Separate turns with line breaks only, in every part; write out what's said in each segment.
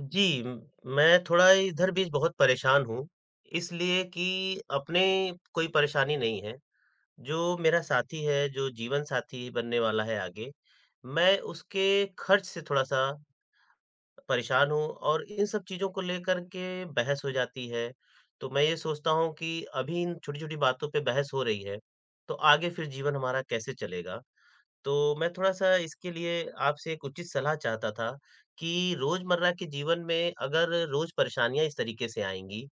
जी, म मैं थोड़ा इधर भी बहुत परेशान हूँ, इसलिए कि अपने कोई परेशानी नहीं है, जो मेरा साथी है, जो जीवन साथी बनने वाला है आगे, मैं उसके खर्च से थोड़ा-सा परेशान हूँ और इन सब चीज़ों को लेकर के बहस हो जाती है। तो मैं ये सोचता हूँ कि अभी इन छोटी-छोटी बातों पे बहस हो रही है, तो आगे फिर जीवन हमारा कैसे चलेगा? तो मैं थोड़ा-सा इसके लिए आपसे एक उचित सलाह चाहता था कि रोज़मर्रा के जीवन में अगर रोज़ परेशानियाँ इस तरीके से आएँगी,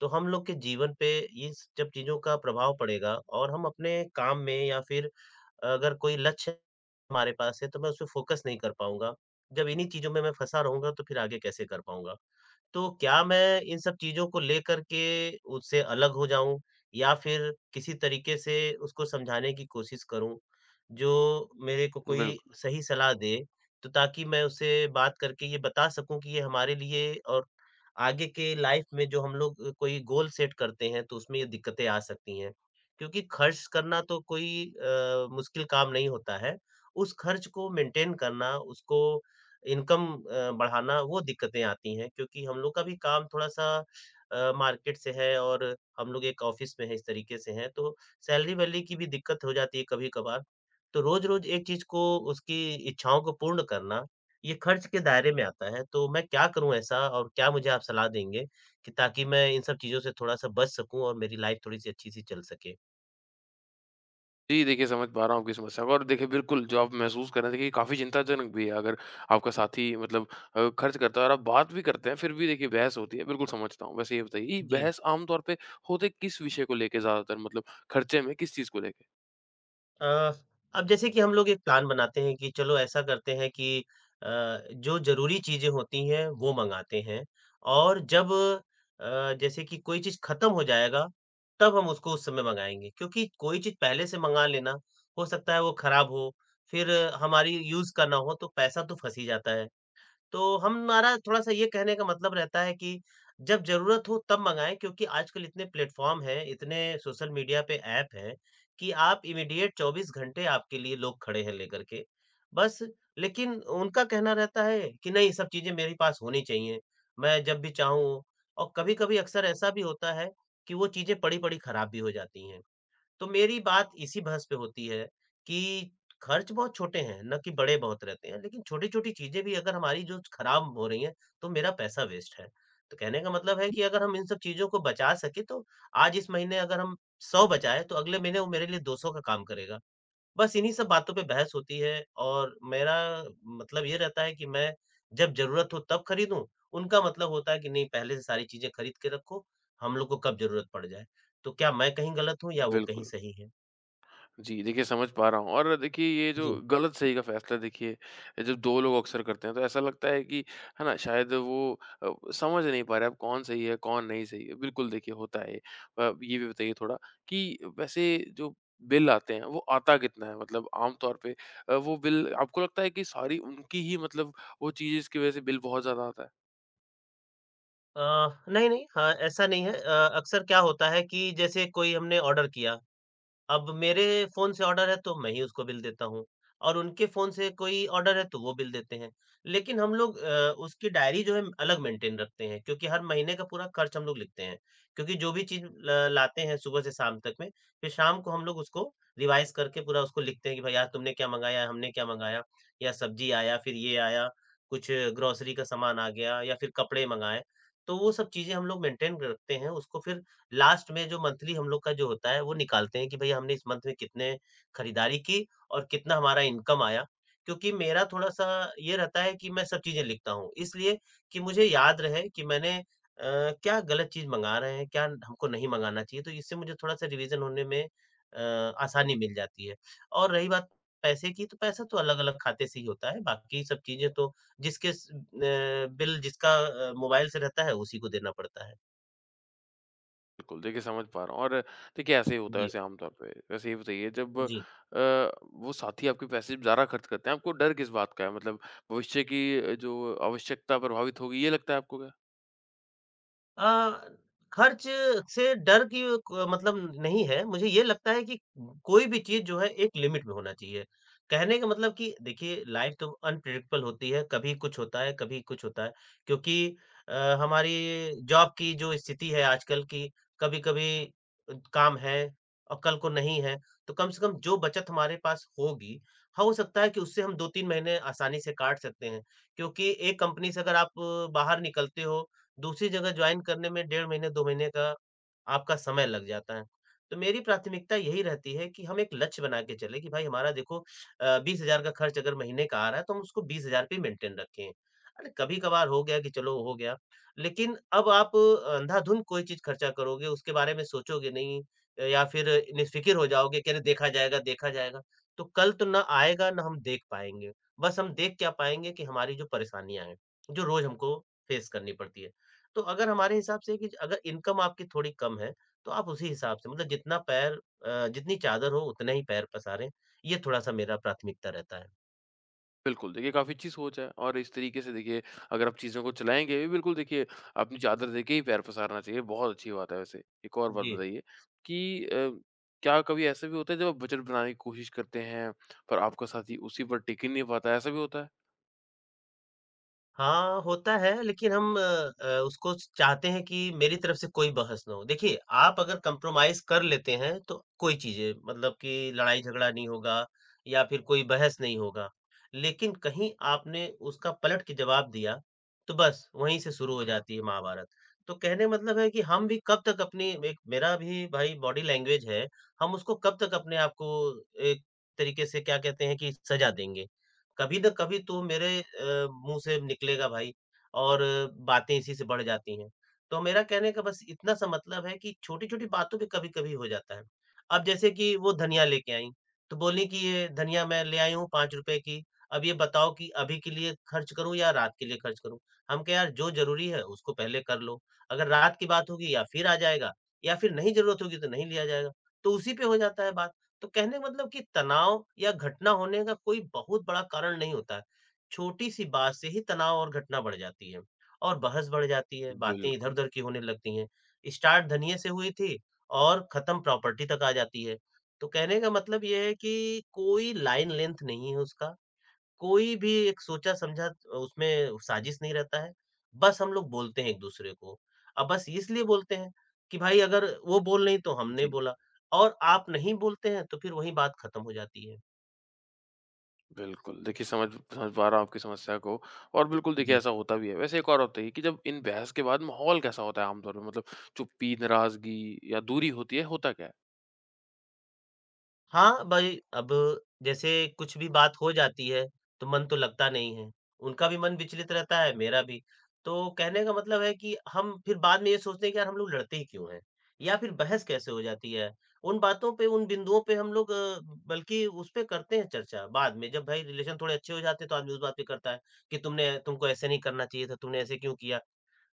तो हम लोग के जीवन पे इस जब चीज़ों का प्रभाव पड़ेगा और हम अपने काम में या फिर अगर कोई लक्ष्य हमारे पास है, तो मैं उस पे फ़ोकस नहीं कर पाऊँगा। जब इन्हीं चीज़ों में मैं फँसा रहूँगा, तो फिर आगे कैसे कर पाऊँगा? तो क्या मैं इन सब चीज़ों को लेकर के उससे अलग हो जाऊँ या फिर किसी तरीके से उसको समझाने की कोशिश करूँ, जो मेरे को कोई
बिल्कुल।
सही सलाह दे, तो ताकि मैं उससे बात करके ये बता सकूँ कि ये हमारे लिए और आगे के लाइफ में जो हम लोग कोई गोल सेट करते हैं तो उसमें ये दिक्कतें आ सकती हैं। क्योंकि खर्च करना तो कोई मुश्किल काम नहीं होता है। उस खर्च को मेंटेन करना, उसको इनकम बढ़ाना वो दिक्कतें आती हैं क्योंकि हम लोग का भी काम थोड़ा-सा मार्केट से है और हम लोग एक ऑफ़िस में हैं इस तरीके से हैं तो सैलरी-वैलरी की भी दिक्कत हो जाती है कभी-कभार। तो रोज़-रोज़ एक चीज़ को उसकी इच्छाओं को पूर्ण करना ये खर्च के दायरे में आता है, तो मैं क्या करूँ ऐसा और क्या मुझे आप सलाह देंगे कि ताकि मैं इन सब चीज़ों से थोड़ा-सा बच सकूँ और मेरी लाइफ़ थोड़ी-सी अच्छी-सी चल सके?
जी, देखिए समझ पा रहा हूँ आपकी समस्या को, और देखिए बिल्कुल जो आप महसूस कर रहे हैं, देखिए काफ़ी चिंताजनक भी है। अगर आपका साथी मतलब खर्च करता है और आप बात भी करते हैं, फिर भी देखिए बहस होती है, बिल्कुल समझता हूँ। वैसे ये बताइए, ये
जी।
बहस आम तौर पे होते किस विषय को लेके ज़्यादातर, मतलब खर्चे में किस चीज़ को लेके?
अ, अब जैसे कि हम लोग एक प्लान बनाते हैं कि चलो ऐसा करते हैं कि अ, जो ज़रूरी चीज़ें होती हैं, वो मँगाते हैं और जब जैसे कि कोई चीज़ खत्म हो जाएगा, तब हम उसको उस समय मँगाएँगे क्योंकि कोई चीज़ पहले से मँगा लेना, हो सकता है वो खराब हो, फिर हमारी यूज़ का ना हो, तो पैसा तो फँस ही जाता है। तो हमारा थोड़ा-सा ये कहने का मतलब रहता है कि जब ज़रूरत हो तब मँगाएँ क्योंकि आजकल इतने प्लेटफ़ॉर्म हैं, इतने सोशल मीडिया पे ऐप हैं कि आप इमीडिएट 24 घंटे आपके लिए लोग खड़े हैं लेकर के। बस लेकिन उनका कहना रहता है कि नहीं सब चीज़ें मेरे पास होनी चाहिए, मैं जब भी चाहूँ और कभी-कभी अक्सर ऐसा भी होता है कि वो चीज़ें पड़ी-पड़ी खराब भी हो जाती हैं। तो मेरी बात इसी बहस पे होती है कि खर्च बहुत छोटे हैं, ना कि बड़े बहुत रहते हैं, लेकिन छोटी-छोटी चीज़ें भी अगर हमारी जो खराब हो रही हैं, तो मेरा पैसा वेस्ट है। तो कहने का मतलब है जी। कि अगर हम इन सब चीज़ों को बचा सकें, तो आज इस महीने अगर हम 100 बचाएँ, तो अगले महीने वो मेरे लिए 200 का काम करेगा। बस इन्हीं सब बातों पे बहस होती है और मेरा मतलब ये रहता है कि मैं जब ज़रूरत हो तब खरीदूँ, उनका मतलब होता है कि नहीं पहले से सारी चीज़ें खरीद के रखो, हम लोग को कब ज़रूरत पड़ जाए। तो क्या मैं कहीं गलत हूँ या वो कहीं
बिल्कुल।
सही हैं?
जी, देखिए समझ पा रहा हूँ। और देखिए, ये जो
जी।
गलत-सही का फ़ैसला, देखिए जब 2 लोग अक्सर करते हैं, तो ऐसा लगता है कि है ना, शायद वो समझ नहीं पा रहे अब कौन सही है, कौन नहीं सही है। बिल्कुल देखिए, होता है ये। ये भी बताइए थोड़ा कि वैसे जो बिल आते हैं, वो आता कितना है? मतलब आम तौर पे वो बिल आपको लगता है कि सारी उनकी ही, मतलब वो चीज़ इसकी वज़ह से बिल बहुत ज़्यादा आता है?
अ, नहीं, नहीं, हाँ, ऐसा नहीं है अक्सर क्या होता है कि जैसे कोई हमने ऑर्डर किया अब मेरे फ़ोन से ऑर्डर है तो मैं ही उसको बिल देता हूँ और उनके फ़ोन से कोई ऑर्डर है तो वो बिल देते हैं। लेकिन हम लोग उसकी डायरी जो है अलग मेंटेन रखते हैं क्योंकि हर महीने का पूरा खर्च हम लोग लिखते हैं। क्योंकि जो भी चीज़ ल लाते हैं सुबह से शाम तक में, फिर शाम को हम लोग उसको रिवाइज़ करके पूरा उसको लिखते हैं कि भाई आज तुमने क्या मँगाया, हमने क्या मँगाया या सब्ज़ी आया, फिर ये आया, कुछ ग्रोसरी का सामान आ गया या फिर कपड़े मँगाए। तो वो सब चीज़ें हम लोग मेंटेन रखते हैं, उसको फिर लास्ट में जो मंथली हम लोग का जो होता है वो निकालते हैं कि भई हमने इस मंथ में कितने खरीदारी की और कितना हमारा इनकम आया। क्योंकि मेरा थोड़ा-सा ये रहता है कि मैं सब चीज़ें लिखता हूँ, इसलिए कि मुझे याद रहे कि मैंने क्या गलत चीज़ मँगा रहे हैं, क्या हमको नहीं मँगाना चाहिए, तो इससे मुझे थोड़ा-सा रिवीज़न होने में आसानी मिल जाती है। और रही बात पैसे की, तो पैसा तो अलग-अलग खाते से ही होता है, बाकी सब चीज़ें तो जिसके स अ, बिल जिसका मोबाइल से रहता है उसी को देना पड़ता है।
बिल्कुल, देखिए समझ पा रहा हूँ। और देखिए ऐसे ही होता है
जी,
वैसे आमतौर पे। वैसे ये बताइए, जब
जी।
वो साथी आपके पैसे ज़्यादा खर्च करते हैं, आपको डर किस बात का है? मतलब भविष्य की जो आवश्यकता प्रभावित होगी, ये लगता है आपको क्या?
अ, खर्च से डर की क मतलब नहीं है, मुझे ये लगता है कि कोई भी चीज़ जो है एक लिमिट में होना चाहिए। कहने का मतलब कि देखिए लाइफ़ तो अनप्रेडिक्टेबल होती है, कभी कुछ होता है, कभी कुछ होता है। क्योंकि अ, हमारी जॉब की जो स्थिति है आजकल की, कभी-कभी काम है और कल को नहीं है, तो कम से कम जो बचत हमारे पास होगी, हाँ, हो सकता है कि उससे हम 2-3 महीने आसानी से काट सकते हैं। क्योंकि एक कंपनी से अगर आप बाहर निकलते हो दूसरी जगह जॉइन करने में डेढ़ महीने 2 महीने का आपका समय लग जाता है। तो मेरी प्राथमिकता यही रहती है कि हम एक लक्ष्य बना के चलें कि भाई हमारा देखो 20,000 का खर्च अगर महीने का आ रहा है तो हम उसको 20,000 पे ही मेंटेन रखें। अरे कभी-कभार हो गया कि चलो हो गया, लेकिन अब आप अंधाधुंध कोई चीज़ खर्चा करोगे, उसके बारे में सोचोगे नहीं या फिर निफ़िक्र हो जाओगे कि अरे देखा जाएगा, देखा जाएगा। तो कल तो ना आएगा ना हम देख पाएँगे। बस हम देख क्या पाएँगे कि हमारी जो परेशानियाँ हैं, जो रोज़ हमको फेस करनी पड़ती है। तो अगर हमारे हिसाब से कि अगर इनकम आपकी थोड़ी कम है, तो आप उसी हिसाब से मतलब जितना पैर जितनी चादर हो उतना ही पैर पसारें। ये थोड़ा-सा मेरा प्राथमिकता रहता है।
बिल्कुल, देखिए काफ़ी अच्छी सोच है। और इस तरीके से देखिए अगर आप चीज़ों को चलाएँगे भी, बिल्कुल देखिए अपनी चादर देके ही पैर पसारना चाहिए, बहुत अच्छी बात है वैसे। एक और बात
जी।
बताइए कि क्या कभी ऐसा भी होता है जब आप बजट बनाने की कोशिश करते हैं, पर आपका साथी उसी पर टिक ही नहीं पाता है, ऐसा भी होता है?
हाँ, होता है लेकिन हम उसको चाहते हैं कि मेरी तरफ से कोई बहस ना हो। देखिए, आप अगर कंप्रोमाइज़ कर लेते हैं तो कोई चीज़ें मतलब कि लड़ाई-झगड़ा नहीं होगा या फिर कोई बहस नहीं होगा। लेकिन कहीं आपने उसका पलट के जवाब दिया, तो बस वहीं से शुरू हो हुँ। जाती है महाभारत। तो कहने का मतलब है कि हम भी कब तक अपनी एक मेरा भी भाई बॉडी लैंग्वेज है, हम उसको कब तक अपने आप को एक तरीके से क्या कहते हैं कि सज़ा देंगे। कभी न कभी तो मेरे मुँह से निकलेगा भाई और बातें इसी से बढ़ जाती हैं। तो मेरा कहने का बस इतना सा मतलब है कि छोटी-छोटी बातों पे कभी-कभी हो जाता है। अब जैसे कि वो धनिया लेके आईं, तो बोलीं कि ये धनिया मैं ले आई हूँ ₹5 की, अब ये बताओ कि अभी के लिए खर्च करूँ या रात के लिए खर्च करूँ? हम कहे यार जो ज़रूरी है उसको पहले कर लो, अगर रात की बात होगी या फिर आ जाएगा या फिर नहीं ज़रूरत होगी तो नहीं लिया जाएगा। तो उसी पे हो जाता है बात। तो कहने का मतलब कि तनाव या घटना होने का कोई बहुत बड़ा कारण नहीं होता है। छोटी-सी बात से ही तनाव और घटना बढ़ जाती है और बहस बढ़ जाती है, बातें
बिल्कुल।
इधर-उधर की होने लगती हैं। स्टार्ट धनिये से हुई थी और खत्म प्रॉपर्टी तक आ जाती है। तो कहने का मतलब ये है कि कोई लाइन लेंथ नहीं है उसका कोई भी एक सोचा-समझा उसमें साजिश नहीं रहता है। बस हम लोग बोलते हैं एक-दूसरे को। अब बस इसलिए बोलते हैं कि भाई अगर वो बोल नहीं तो हमने
जी।
बोला और आप नहीं बोलते हैं तो फिर वही बात खत्म हो जाती है।
बिल्कुल। देखिए समझ समझ पा रहा हूँ आपकी समस्या को, और बिल्कुल देखिए
जी।
ऐसा होता भी है। वैसे एक और होता है कि जब इन बहस के बाद माहौल कैसा होता है आमतौर पे? मतलब चुप्पी, नाराज़गी या दूरी होती है, होता क्या है?
हाँ, भाई अब जैसे कुछ भी बात हो जाती है, तो मन तो लगता नहीं है। उनका भी मन विचलित रहता है, मेरा भी। तो कहने का मतलब है कि हम फिर बाद में ये सोचते हैं कि यार हम लोग लड़ते ही क्यों हैं? या फिर बहस कैसे हो जाती है? उन बातों पे, उन बिंदुओं पे हम लोग बल्कि उस पे करते हैं चर्चा बाद में। जब भाई रिलेशन थोड़े अच्छे हो जाते हैं तो आदमी उस बात पे करता है कि तुमने तुमको ऐसे नहीं करना चाहिए था, तुमने ऐसे क्यों किया?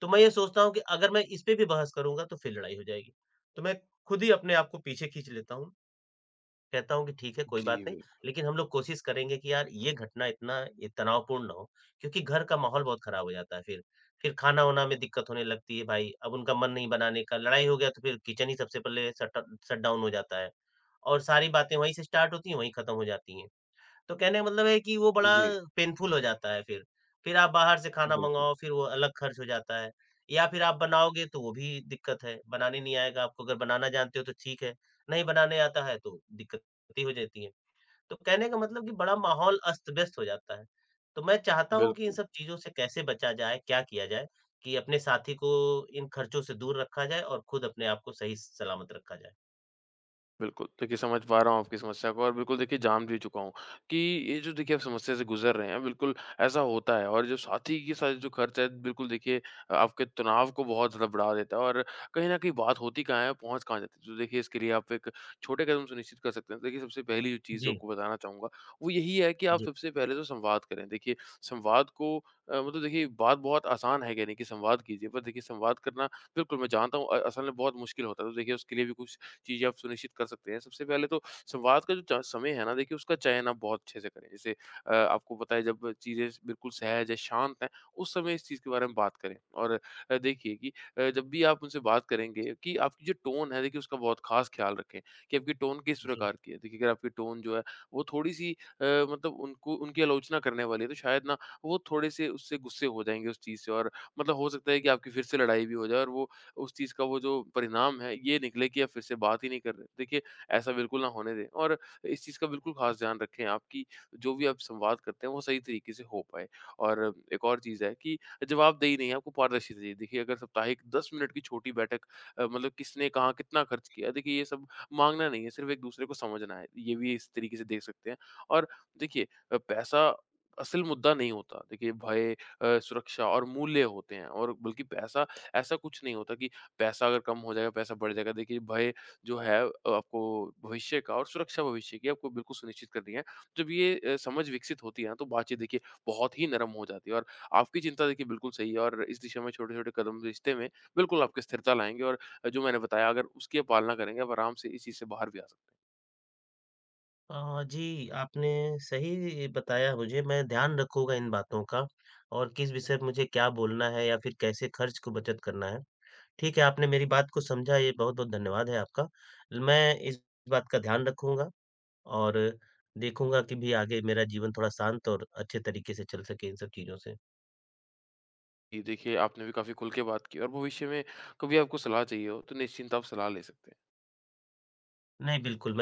तो मैं ये सोचता हूँ कि अगर मैं इस पे भी बहस करूँगा तो फिर लड़ाई हो जाएगी। तो मैं खुद ही अपने आप को पीछे खींच लेता हूँ। कहता हूँ कि ठीक है, कोई बात
जी,
नहीं,
बिल
लेकिन हम लोग कोशिश करेंगे कि यार ये घटना इतना ये तनावपूर्ण ना हो, क्योंकि घर का माहौल बहुत खराब हो जाता है फिर। फिर खाना-वाना में दिक्कत होने लगती है भाई, अब उनका मन नहीं बनाने का, लड़ाई हो गया तो फिर किचन ही सबसे पहले शट शट डाउन हो जाता है। और सारी बातें वहीं से स्टार्ट होती हैं, वहीं खत्म हो जाती हैं। तो कहने का मतलब है कि वो बड़ा
जी।
पेनफुल हो जाता है फिर। फिर आप बाहर से खाना
बिल्कुल,
मँगाओ, फिर वो अलग खर्च हो जाता है या फिर आप बनाओगे तो वो भी दिक्कत है, बनाने नहीं आएगा आपको, अगर बनाना जानते हो तो ठीक है, नहीं बनाने आता है तो दिक्कतें हो जाती हैं। तो कहने का मतलब कि बड़ा माहौल अस्त-व्यस्त हो जाता है। तो मैं चाहता हूँ कि इन
बिल्कुल।
सब चीज़ों से कैसे बचा जाए, क्या किया जाए कि अपने साथी को इन खर्चों से दूर रखा जाए और खुद अपने आप को सही सलामत रखा जाए?
बिल्कुल, देखिए समझ पा रहा हूँ आपकी समस्या को, और बिल्कुल देखिए जान भी चुका हूँ कि ये जो देखिए आप समस्या से गुज़र रहे हैं, बिल्कुल ऐसा होता है। और जो साथी के साथ जो खर्च है, बिल्कुल देखिए आपके तनाव को बहुत ज़्यादा बढ़ा देता है। और कहीं न कहीं बात होती कहाँ है, पहुँच कहाँ जाती है। तो देखिए इसके लिए आप एक छोटे कदम सुनिश्चित कर सकते हैं। देखिए सबसे पहली जो चीज़ जो
जी,
आपको बताना चाहूँगा, वो यही है कि आप
जी।
सबसे पहले तो संवाद करें। देखिए संवाद को मतलब देखिए बात बहुत आसान है कहने की, संवाद कीजिए, पर देखिए संवाद करना, बिल्कुल मैं जानता हूँ असल में बहुत मुश्किल होता है। तो देखिए उसके लिए भी कुछ चीज़ें आप सुनिश्चित कर सकते हैं। सबसे पहले तो संवाद का जो च समय है ना, देखिए उसका चयन आप बहुत अच्छे से करें। जैसे आपको पता है, जब चीज़ें बिल्कुल सहज है, शांत है, उस समय इस चीज़ के बारे में बात करें। और देखिए कि जब भी आप उनसे बात करेंगे, कि आपकी जो टोन है, देखिए उसका बहुत ख़ास ख़्याल रखें कि आपकी टोन किस
जी
प्रकार की है। देखिए अगर आपकी टोन जो है, वो थोड़ी-सी मतलब उनको, उनकी आलोचना करने वाली है, तो शायद ना वो थोड़े-से उससे गुस्से हो जाएँगे उस चीज़ से। और मतलब हो सकता है कि आपकी फिर से लड़ाई भी हो जाए, और वो, उस चीज़ का वो जो परिणाम है, ये निकले कि आप फिर से बात ही नहीं कर रहे। देखिए ऐसा बिल्कुल ना होने दें, और इस चीज़ का बिल्कुल ख़ास ध्यान रखें, आपकी जो भी आप संवाद करते हैं, वो सही तरीके से हो पाए। और एक और चीज़ है कि जवाबदेही नहीं है, आपको पारदर्शिता चाहिए। देखिए, अगर साप्ताहिक 10 मिनट की छोटी बैठक, मतलब किसने कहाँ कितना खर्च किया, देखिए ये सब माँगना नहीं है, सिर्फ़ एक-दूसरे को समझना है। ये भी इस तरीके से देख सकते हैं। और देखिए पैसा असल मुद्दा नहीं होता। देखिए भय, सुरक्षा और मूल्य होते हैं, और बल्कि पैसा ऐसा कुछ नहीं होता कि पैसा अगर कम हो जाएगा, पैसा बढ़ जाएगा। देखिए भय जो है, आपको भविष्य का, और सुरक्षा भविष्य की आपको बिल्कुल सुनिश्चित करनी है। जब ये समझ विकसित होती है ना, तो बातचीत देखिए बहुत ही नरम हो जाती है। और आपकी चिंता देखिए बिल्कुल सही है, और इस दिशा में छोटे-छोटे कदम रिश्ते में बिल्कुल आपको स्थिरता लाएँगे। और जो मैंने बताया, अगर उसकी आप पालना करेंगे, आप आराम से इस चीज़ से बाहर भी आ सकते हैं।
जी, आपने सही बताया मुझे, मैं ध्यान रखूँगा इन बातों का और किस विषय पे मुझे क्या बोलना है या फिर कैसे खर्च को बचत करना है। ठीक है, आपने मेरी बात को समझा, ये बहुत-बहुत धन्यवाद है आपका। मैं इस बात का ध्यान रखूँगा और देखूँगा कि भी आगे मेरा जीवन थोड़ा शांत और अच्छे तरीके से चल सके इन सब चीज़ों से।
जी, देखिए आपने भी काफ़ी खुल के बात की, और भविष्य में कभी आपको सलाह चाहिए हो, तो निश्चिंत आप सलाह ले सकते हैं।
नहीं, बिल्कुल मैं